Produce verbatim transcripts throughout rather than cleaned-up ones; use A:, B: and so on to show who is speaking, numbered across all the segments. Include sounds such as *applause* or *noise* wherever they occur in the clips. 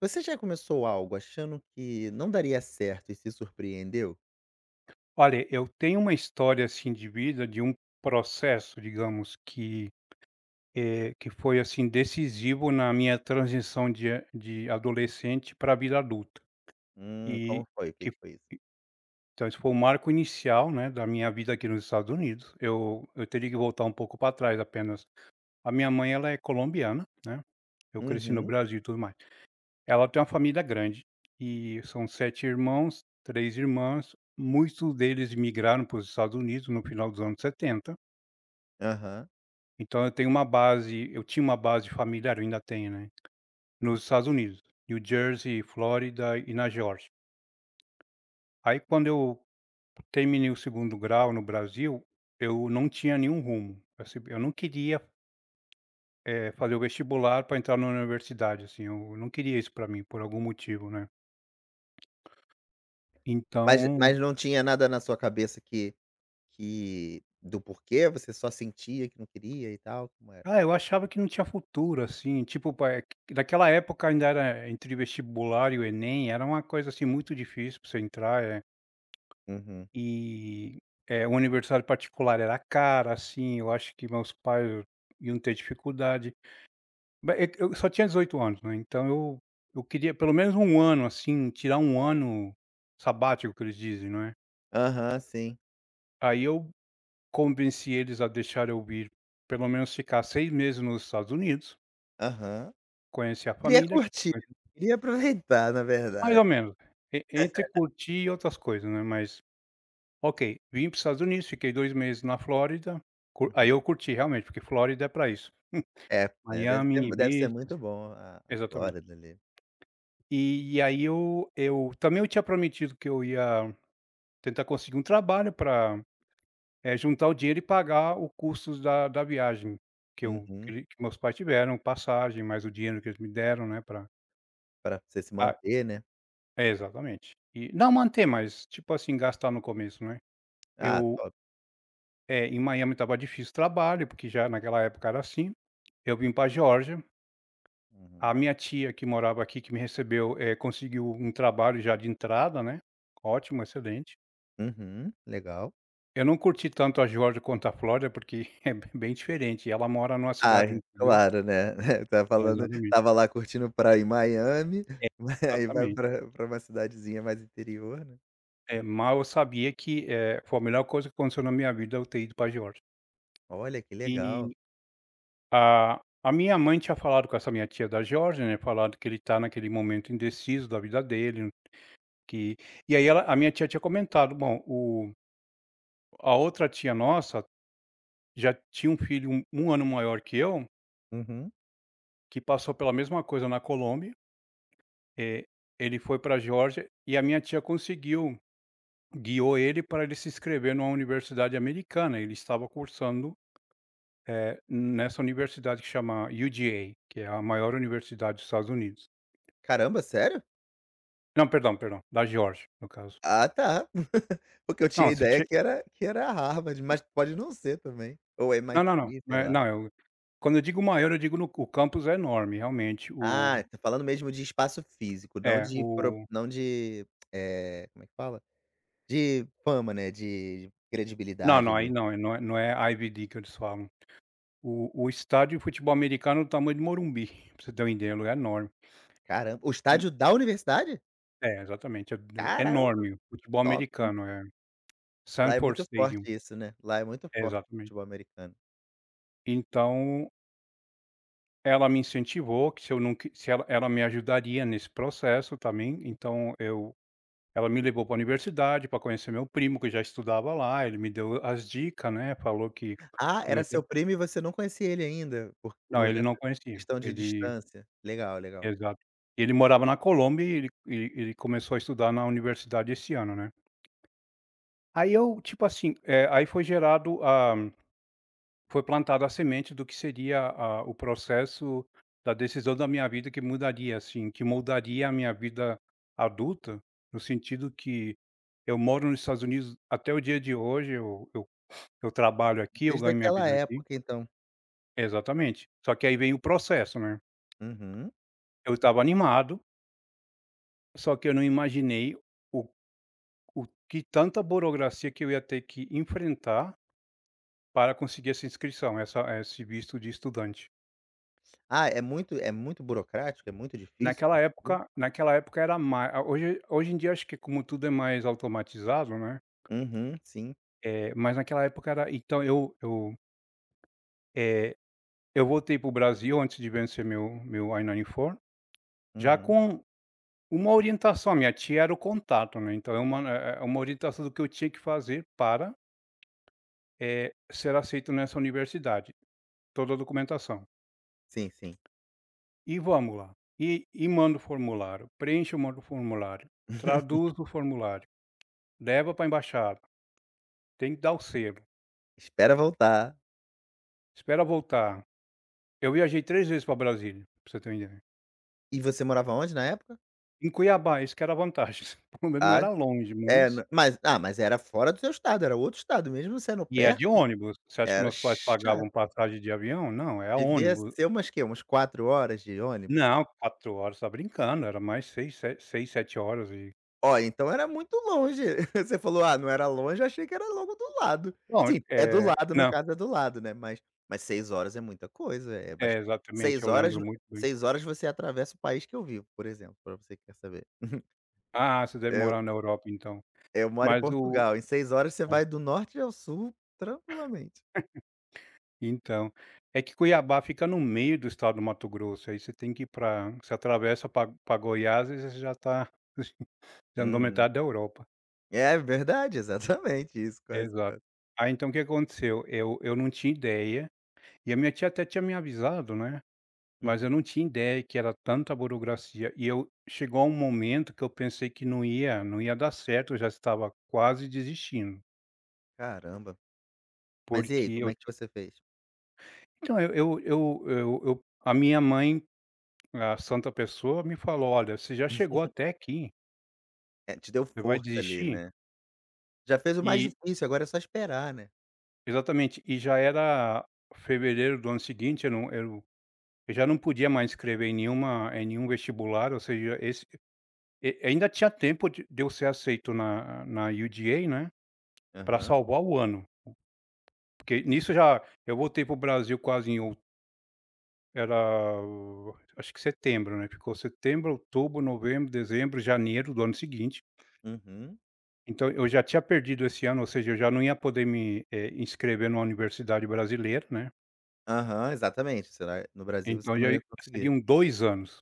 A: Você já começou algo achando que não daria certo e se surpreendeu?
B: Olha, eu tenho uma história, assim, de vida, de um processo, digamos, que, eh, que foi, assim, decisivo na minha transição de de adolescente para a vida adulta.
A: Hum,
B: E
A: como foi? O que
B: que
A: que foi isso?
B: então isso foi o marco inicial, né, da minha vida aqui nos Estados Unidos. Eu eu teria que voltar um pouco para trás apenas. A minha mãe, ela é colombiana, né, eu cresci no
A: Uhum,
B: Brasil e tudo mais. Ela tem uma família grande e são sete irmãos, três irmãs, muitos deles migraram para os Estados Unidos no final dos anos setenta.
A: aham.
B: Então eu tenho uma base eu tinha uma base familiar, eu ainda tenho, né, nos Estados Unidos, New Jersey, Flórida e na Geórgia. Aí quando eu terminei o segundo grau no Brasil, eu não tinha nenhum rumo, assim, eu não queria, eh, fazer o vestibular para entrar na universidade, assim, eu não queria isso para mim, por algum motivo, né.
A: Mas
B: Então,
A: mas não tinha nada na sua cabeça que que do porquê, você só sentia que não queria e tal, como era?
B: ah, eu achava que não tinha futuro, assim, tipo, pa eh, naquela época ainda era entre vestibular e o Enem, era uma coisa, assim, muito difícil para você entrar. eh
A: Uhum.
B: E, eh, o aniversário particular era caro, assim, eu acho que meus pais iam ter dificuldade. Ba é que eu só tinha dezoito anos, né, então eu eu queria pelo menos um ano, assim, tirar um ano sabático que eles dizem, não é.
A: Aham, sim.
B: Aí eu convenci eles a deixar eu vir, pelo menos ficar seis meses nos Estados Unidos,
A: Aham.
B: conhecer a
A: Queria
B: família,
A: curtir, queria aproveitar, na
B: mais
A: verdade.
B: ou menos, e entre curtir e outras coisas, né, mas ok, vim para os Estados Unidos, fiquei dois meses na Flórida, cu aí
A: Uhum.
B: eu curti realmente, porque Flórida é para isso. *laughs*
A: É, né, deve ser
B: Miami
A: deve ser
B: Beach,
A: muito bom a a
B: exatamente.
A: Flórida ali.
B: E e aí eu eu também eu tinha prometido que eu ia tentar conseguir um trabalho para juntar o dinheiro e pagar o custos da da viagem que eu que
A: Uhum.
B: ele que meus pais tiveram, passagem, mais o dinheiro que eles me deram, né, pra
A: Pra você se
B: a
A: manter, né.
B: exatamente. E não manter, mas tipo assim, gastar no começo, né.
A: Ah,
B: Eu
A: top.
B: É, em Miami estava difícil o trabalho, porque já naquela época era assim. Eu vim para Geórgia, a
A: Uhum.
B: minha tia que morava aqui, que me recebeu, eh, conseguiu um trabalho já de entrada, né, ótimo, excelente.
A: Uhum, legal.
B: Eu não curti tanto a Geórgia quanto a Flórida, porque *laughs* é bem diferente, ela mora numa
A: Ah,
B: cidade do interior.
A: claro, né. *laughs* Tá
B: É,
A: falando,
B: Exatamente.
A: tava lá curtindo praia em Miami,
B: É,
A: *laughs* mas aí vai
B: exatamente.
A: pra pra uma cidadezinha mais interior, né.
B: É, mal eu sabia que, eh, foi a melhor coisa que aconteceu na minha vida eu ter ido para Geórgia.
A: Olha, que
B: E
A: legal.
B: a a minha mãe tinha falado com essa minha tia da Geórgia, né, falado que ele está naquele momento indeciso da vida dele. Que E aí ela a minha tia tinha comentado, bom, o a outra tia nossa já tinha um filho um um ano maior que eu,
A: Uhum.
B: que passou pela mesma coisa na Colômbia, eh, ele foi pra Geórgia e a minha tia conseguiu guiou ele para ele se inscrever numa universidade americana, ele estava cursando, eh, nessa universidade que chama U G A, que é a maior universidade dos Estados Unidos.
A: Caramba, sério?
B: Não, perdão, perdão, da Geórgia, no caso.
A: Ah, tá. *laughs* Porque eu tinha
B: Não, você
A: ideia que era que era Harvard, mas pode não ser também, ou
B: Não, não, não.
A: M I T, sei
B: Eh,
A: lá.
B: não, eu quando eu digo maior, eu digo, no o campus é enorme, realmente. O
A: Ah, tá falando mesmo de espaço físico, não
B: é,
A: de pro
B: o
A: não de, eh, como é que fala? De fama, né, de
B: não,
A: credibilidade
B: não, aí
A: ali.
B: não, é, não é não é I V D que eles falam. O o estádio de futebol americano é do tamanho de Morumbi, *laughs* pra você ter uma ideia, o lugar é enorme.
A: Caramba, o
B: E
A: estádio da universidade?
B: É, exatamente, é é
A: Caramba,
B: enorme. O futebol
A: top.
B: americano, é.
A: Lá é
B: Sanford
A: muito
B: Stadium,
A: forte isso, né, lá é muito
B: é,
A: forte o
B: exatamente.
A: futebol americano.
B: Então, ela me incentivou que se eu não, que se ela ela me ajudaria nesse processo também, então eu. Ela me levou para a universidade para conhecer meu primo que já estudava lá, ele me deu as dicas, né, falou que,
A: Ah,
B: como
A: era
B: é que é,
A: seu primo e você não conhecia ele ainda, por
B: não,
A: por
B: ele
A: essa
B: não conhecia,
A: questão de
B: ele,
A: distância. Legal, legal.
B: exato. Ele morava na Colômbia e ele e ele começou a estudar na universidade esse ano, né. Aí eu, tipo assim, eh, aí foi gerado a foi plantada a semente do que seria a o processo da decisão da minha vida que mudaria, assim, que moldaria a minha vida adulta, no sentido que eu moro nos Estados Unidos até o dia de hoje. Eu eu Eu trabalho aqui, eu
A: Desde
B: ganho minha
A: aquela
B: vida aqui.
A: época então.
B: Exatamente. Só que aí vem o processo, né.
A: Uhum.
B: Eu estava animado, só que eu não imaginei o o que tanta burocracia que eu ia ter que enfrentar para conseguir essa inscrição, essa esse visto de estudante.
A: Ah, é muito é muito burocrático, é muito difícil
B: Naquela
A: conseguir?
B: época naquela época era mais. hoje hoje em dia acho que como tudo é mais automatizado, né,
A: Uhum, sim.
B: eh, mas naquela época era. Então eu eu, eh, eu voltei para o Brasil antes de vencer meu meu I noventa e quatro, já
A: Uhum.
B: com uma orientação. Minha tia era o contato, né, então é uma é é uma orientação do que eu tinha que fazer para, eh, ser aceito nessa universidade, toda a documentação.
A: Sim, sim.
B: E vamos lá, e e manda o formulário, preenche, o manda o formulário,
A: *laughs*
B: traduz o formulário, leva para a embaixada, tem que dar o selo,
A: Espera voltar.
B: espera voltar. Eu viajei três vezes para Brasília, para você ter uma ideia.
A: E você morava onde na época?
B: Em Cuiabá, isso que era a vantagem, *laughs* pelo menos não
A: Ah,
B: era longe,
A: é,
B: mas
A: n mas ah, mas era fora do seu estado, era outro estado, mesmo sendo
B: e é de
A: perto,
B: ônibus. Você acha que
A: era
B: meus pais pagavam
A: chato.
B: passagem de avião? Não, é
A: Devia
B: ônibus.
A: ser umas, que umas quatro horas de ônibus?
B: Não, quatro horas, tá brincando, era mais seis, se seis, sete horas. E
A: Olha, então era muito longe. *laughs* Você falou: "Ah, não era longe", eu achei que era logo do lado.
B: bom,
A: Sim, é do
B: é,
A: lado, no
B: não,
A: caso é do lado, né, mas mas seis horas é muita coisa, é
B: é,
A: bastante
B: exatamente,
A: seis
B: eu
A: horas.
B: lembro muito bem.
A: Seis horas você atravessa o país que eu vivo, por exemplo, para você que quer saber. *laughs*
B: Ah, você deve
A: Eu
B: morar na Europa então.
A: eu moro em
B: Mas o
A: Portugal, em seis horas você
B: é,
A: vai do norte ao sul tranquilamente.
B: então, é que Cuiabá fica no meio do estado do Mato Grosso, aí você tem que ir pra você atravessa para pra Goiás e você já está *laughs* já andou
A: Uhum.
B: metade da Europa.
A: É verdade, *laughs* exatamente isso, quase.
B: Exato. Aí então o que aconteceu, eu eu não tinha ideia, e a minha tia até tinha me avisado, né. Mas
A: Uhum.
B: eu não tinha ideia que era tanta burocracia e eu chegou a um momento que eu pensei que não ia não ia dar certo, eu já estava quase desistindo.
A: Caramba. Mas e aí,
B: Porque
A: como
B: eu
A: é que
B: ti
A: você fez?
B: Então, eu eu eu eu eu a minha mãe, a santa pessoa, me falou: "Olha, você já chegou até aqui,
A: É, te deu
B: você vai
A: força ali,
B: desistir?"
A: né. Já fez o mais
B: E
A: difícil, agora é só esperar, né.
B: exatamente, e já era fevereiro do ano seguinte. Eu não eu eu já não podia mais escrever em nenhuma em nenhum vestibular, ou seja, esse e ainda tinha tempo de de eu ser aceito na na U D A, né, para
A: Aham.
B: salvar o ano, porque nisso já eu voltei pro Brasil quase em out era o- acho que setembro, né, ficou setembro, outubro, novembro, dezembro, janeiro do ano seguinte.
A: Uhum.
B: Então eu já tinha perdido esse ano, ou seja, eu já não ia poder me, eh, inscrever numa universidade brasileira, né,
A: Aham, exatamente, será no Brasil você
B: então já
A: não ia conseguir.
B: seriam dois anos.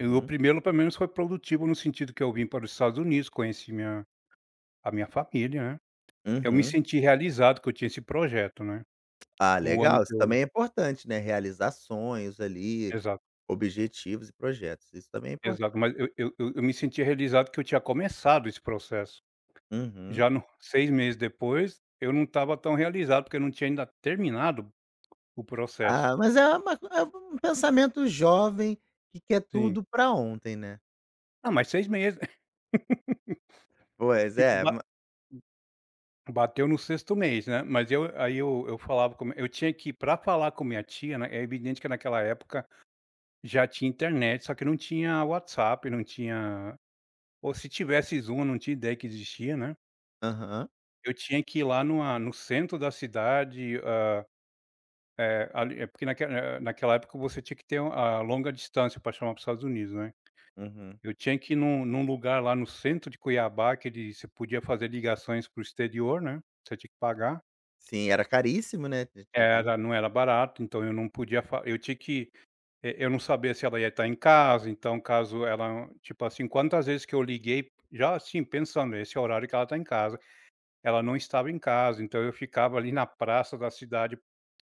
B: E o primeiro pelo menos foi produtivo no sentido que eu vim para os Estados Unidos, conheci minha a minha família, né. Eu me
A: uhum.
B: senti realizado que eu tinha esse projeto, né,
A: Ah,
B: o ano
A: legal, isso
B: que eu
A: também é importante, né, realizar sonhos ali,
B: exato.
A: objetivos e projetos, isso também é
B: Exato,
A: importante.
B: mas eu eu eu eu me sentia realizado que eu tinha começado esse processo.
A: Uhum.
B: Já no seis meses depois, eu não estava tão realizado, porque eu não tinha ainda terminado o processo.
A: Ah, mas é uma é um pensamento jovem que quer
B: Sim.
A: tudo pra ontem, né.
B: Ah, mas seis meses, *laughs*
A: Pois
B: tipo,
A: é,
B: ba
A: ma
B: bateu no sexto mês, né. Mas eu, aí eu eu falava com, eu tinha que para falar com minha tia, né, é evidente que naquela época já tinha internet, só que não tinha WhatsApp, não tinha, ou se tivesse Zoom, eu não tinha ideia que existia, né.
A: aham,
B: Eu tinha que ir lá numa no centro da cidade. É, ali é porque naquela naquela época você tinha que ter um- a longa distância para chamar para os Estados Unidos, né.
A: uhum.
B: Eu tinha que ir num num lugar lá no centro de Cuiabá que ele você podia fazer ligações para o exterior, né, você tinha que pagar.
A: Sim, era caríssimo, né, te T V.
B: Era não era barato, então eu não podia fa eu tinha que eh, eu não sabia se ela ia estar em casa, então, caso ela, tipo assim, quantas vezes que eu liguei já assim pensando, esse é o horário que ela está em casa, ela não estava em casa, então eu ficava ali na praça da cidade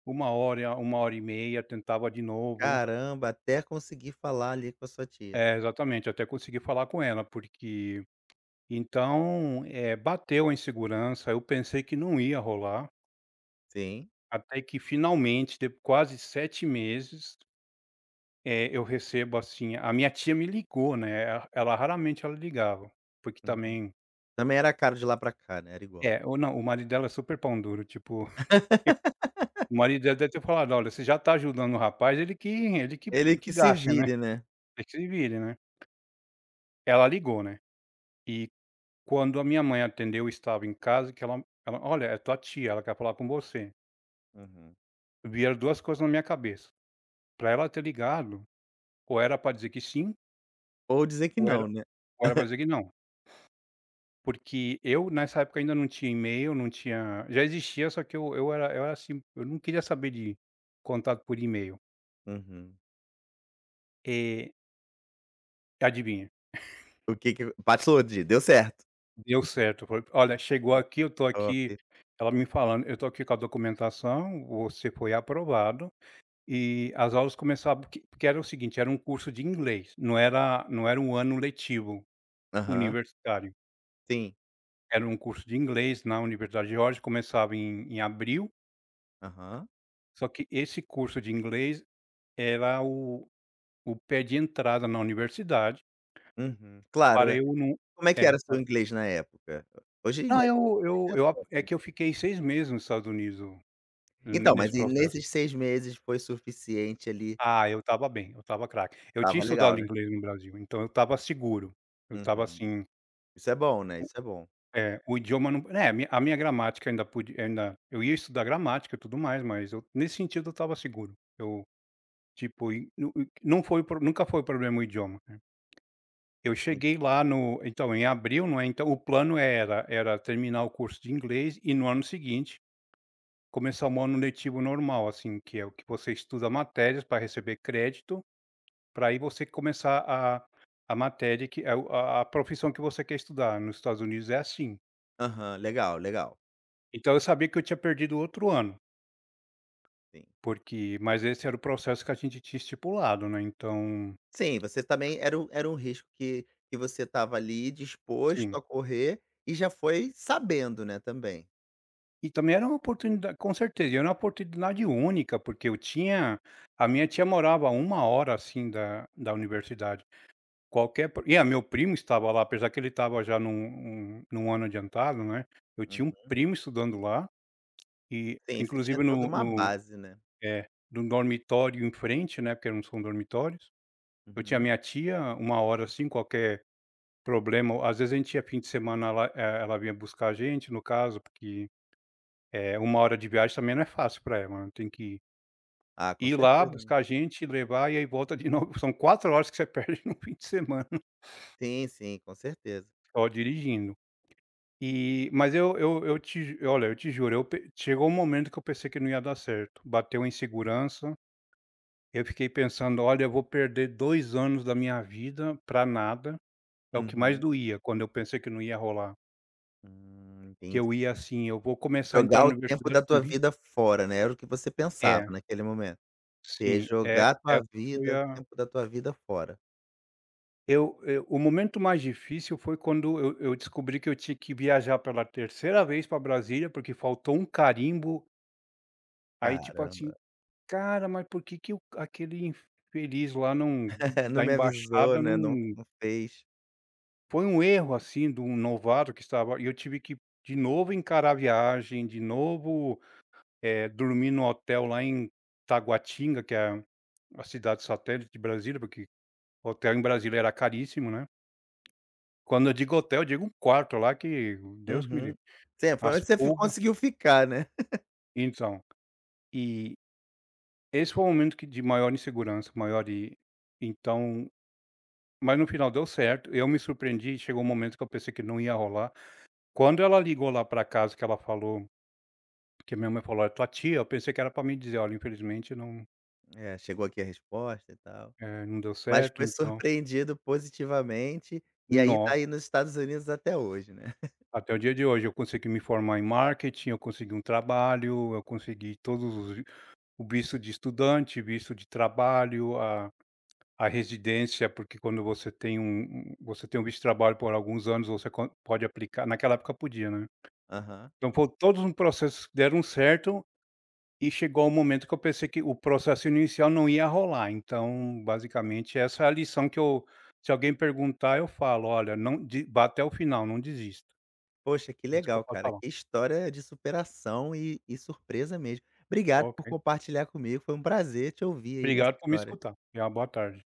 B: uma hora, uma hora e meia, tentava de novo.
A: Caramba, até conseguir falar ali com a sua tia.
B: É, exatamente, até consegui falar com ela. Porque então, eh, bateu a insegurança, eu pensei que não ia rolar,
A: Sim,
B: até que finalmente, de quase sete meses, eh, eu recebo, assim, a minha tia me ligou, né, ela ela raramente ela ligava, porque
A: uhum.
B: também
A: Também era caro de lá pra cá, né, era igual.
B: é, ou não, o marido dela é super pão duro, tipo, *laughs* o marido dela deve ter falado: "Olha, você já tá ajudando o rapaz, ele que, ele que
A: Ele
B: que
A: que se
B: gasta, né,
A: vire, né.
B: ele que se vire, né". Ela ligou, né. E quando a minha mãe atendeu, eu estava em casa, que ela ela: "Olha, é tua tia, ela quer falar com você".
A: Uhum.
B: Vieram duas coisas na minha cabeça. Para ela ter ligado, ou era para dizer que sim,
A: Ou dizer que
B: ou era
A: não, né.
B: ou era pra dizer que não. Porque eu, nessa época, ainda não tinha e-mail, não tinha já existia, só que eu eu era eu era assim, eu não queria saber de contato por e-mail.
A: Uhum.
B: Eh, Adivinha?
A: O que que passou de deu certo.
B: Deu certo. Foi: "Olha, chegou
A: Ah.
B: aqui, eu tô
A: Top.
B: aqui", ela me falando: "Eu tô aqui com a documentação, você foi aprovado". E as aulas começavam porque porque era o seguinte, era um curso de inglês, não era não era um ano letivo
A: Aham.
B: universitário,
A: Sim.
B: era um curso de inglês na Universidade de Geórgia, começava em em abril,
A: Aham.
B: só que esse curso de inglês era o o pé de entrada na universidade,
A: Uhum. Claro,
B: para
A: é.
B: eu não
A: Como é que
B: é,
A: era seu
B: para
A: inglês na época? Hoje
B: não,
A: imagino
B: eu
A: que
B: eu
A: seja
B: eu a
A: top,
B: é
A: né.
B: que eu fiquei seis meses nos Estados Unidos ne
A: Então,
B: nesse
A: mas e
B: processo.
A: nesses seis meses foi suficiente ali.
B: Ah, eu estava bem, eu estava craque. Eu tinha
A: Tava legal,
B: estudado
A: né.
B: inglês no Brasil, então eu estava seguro, eu estava
A: Uhum.
B: assim.
A: Isso é bom, né, isso é bom.
B: É, o idioma não é, a minha a minha gramática ainda pude, ainda eu ia estudar gramática e tudo mais, mas eu nesse sentido eu estava seguro. Eu, tipo, e nu e não foi o pro nunca foi o problema o idioma, né. Eu cheguei lá no então em abril, não é, então o plano era era terminar o curso de inglês e no ano seguinte começar um ano letivo normal, assim, que é o que você estuda matérias para receber crédito, para aí você começar a a matéria que é o a a profissão que você quer estudar. Nos Estados Unidos é assim.
A: Aham, legal, legal.
B: Então eu sabia que eu tinha perdido outro ano.
A: Sim.
B: Porque mas esse era o processo que a gente tinha estipulado, né, então
A: Sim, você também era um era um risco que que você estava ali disposto
B: sim.
A: a correr e já foi sabendo, né, também.
B: E também era uma oportunidade, com certeza, e era uma oportunidade única, porque eu tinha a minha tia morava a uma hora, assim, da da universidade. Qualquer pro e a Meu primo estava lá, apesar que ele estava já num num num ano adiantado, né, eu tinha um
A: Uhum.
B: primo estudando lá, e
A: Sim, você tinha
B: inclusive
A: toda
B: no
A: uma
B: no
A: base, né.
B: é, no dormitório em frente, né, porque não são dormitórios, eu tinha a
A: Uhum.
B: minha tia uma hora, assim, qualquer problema. Às vezes a gente ia fim de semana, ela eh, ela vinha buscar a gente no caso, porque é uma hora de viagem, também não é fácil para ela, né, tem que
A: Ah, com
B: ir lá,
A: certeza, né.
B: buscar a gente, levar e aí volta de novo, *laughs* são quatro horas que você perde no fim de semana
A: Sim, sim, com certeza.
B: *laughs* só dirigindo. E mas eu eu eu te ju- olha, eu te juro, eu pe chegou um momento que eu pensei que não ia dar certo, bateu a insegurança, eu fiquei pensando: "Olha, eu vou perder dois anos da minha vida pra nada", é o que mais
A: Uhum.
B: doía quando eu pensei que não ia rolar,
A: Hum,
B: que
A: entendi.
B: eu ia assim: "Eu vou começar a entrar
A: Jogar
B: na
A: o tempo
B: universidade
A: da
B: com..."
A: tua vida fora, né, era o que você pensava
B: É,
A: naquele momento. Você ia
B: sim, é,
A: jogar a tua
B: essa foi
A: vida, o
B: a
A: tempo da tua vida fora.
B: eu eu o momento mais difícil foi quando eu eu descobri que eu tinha que viajar pela terceira vez para Brasília, porque faltou um carimbo, aí tipo assim:
A: Caramba.
B: "Cara, mas por que que o aquele infeliz lá não
A: *laughs* Não
B: da
A: me avisou,
B: embaixada
A: né, não
B: não",
A: não fez.
B: foi um erro, assim, de um novato que estava, e eu tive que de novo encarar a viagem, de novo, eh, dormir no hotel lá em Taguatinga, que é a a cidade satélite de Brasília, porque hotel em Brasília era caríssimo, né. Quando eu digo hotel, eu digo um quarto lá que Deus que me
A: Uhum.
B: livre,
A: Sim, foi
B: as
A: onde você fi
B: pulgas,
A: conseguiu ficar, né. *laughs*
B: então, e esse foi o momento que de maior insegurança, maior de, então, mas no final deu certo, eu me surpreendi, chegou um momento que eu pensei que não ia rolar. Quando ela ligou lá pra casa que ela falou, que a minha mãe falou: "Olha, tua tia", eu pensei que era pra me dizer: "Olha, infelizmente não,
A: É, chegou aqui a resposta e tal.
B: eh, não deu
A: Mas
B: certo",
A: foi
B: então
A: surpreendido positivamente, e aí tá
B: no
A: aí nos Estados Unidos até hoje, né. *laughs*
B: até o dia de hoje eu consegui me formar em marketing, eu consegui um trabalho, eu consegui todos os, o visto de estudante, visto de trabalho, a A residência, porque quando você tem um um você tem um visto de trabalho por alguns anos, você quan pode aplicar, naquela época podia, né.
A: Aham.
B: Então foi todos os processos que deram certo e chegou o momento que eu pensei que o processo inicial não ia rolar. Então, basicamente, essa é a lição que eu se alguém perguntar, eu falo: "Olha, não de vá até o final, não desista".
A: Poxa, que
B: Isso que eu
A: legal,
B: posso
A: cara.
B: falar.
A: Que história de superação e e surpresa mesmo. Obrigado por
B: Ok.
A: compartilhar comigo, foi um prazer te ouvir aí nessa
B: Obrigado por me
A: história.
B: escutar. E uma boa tarde.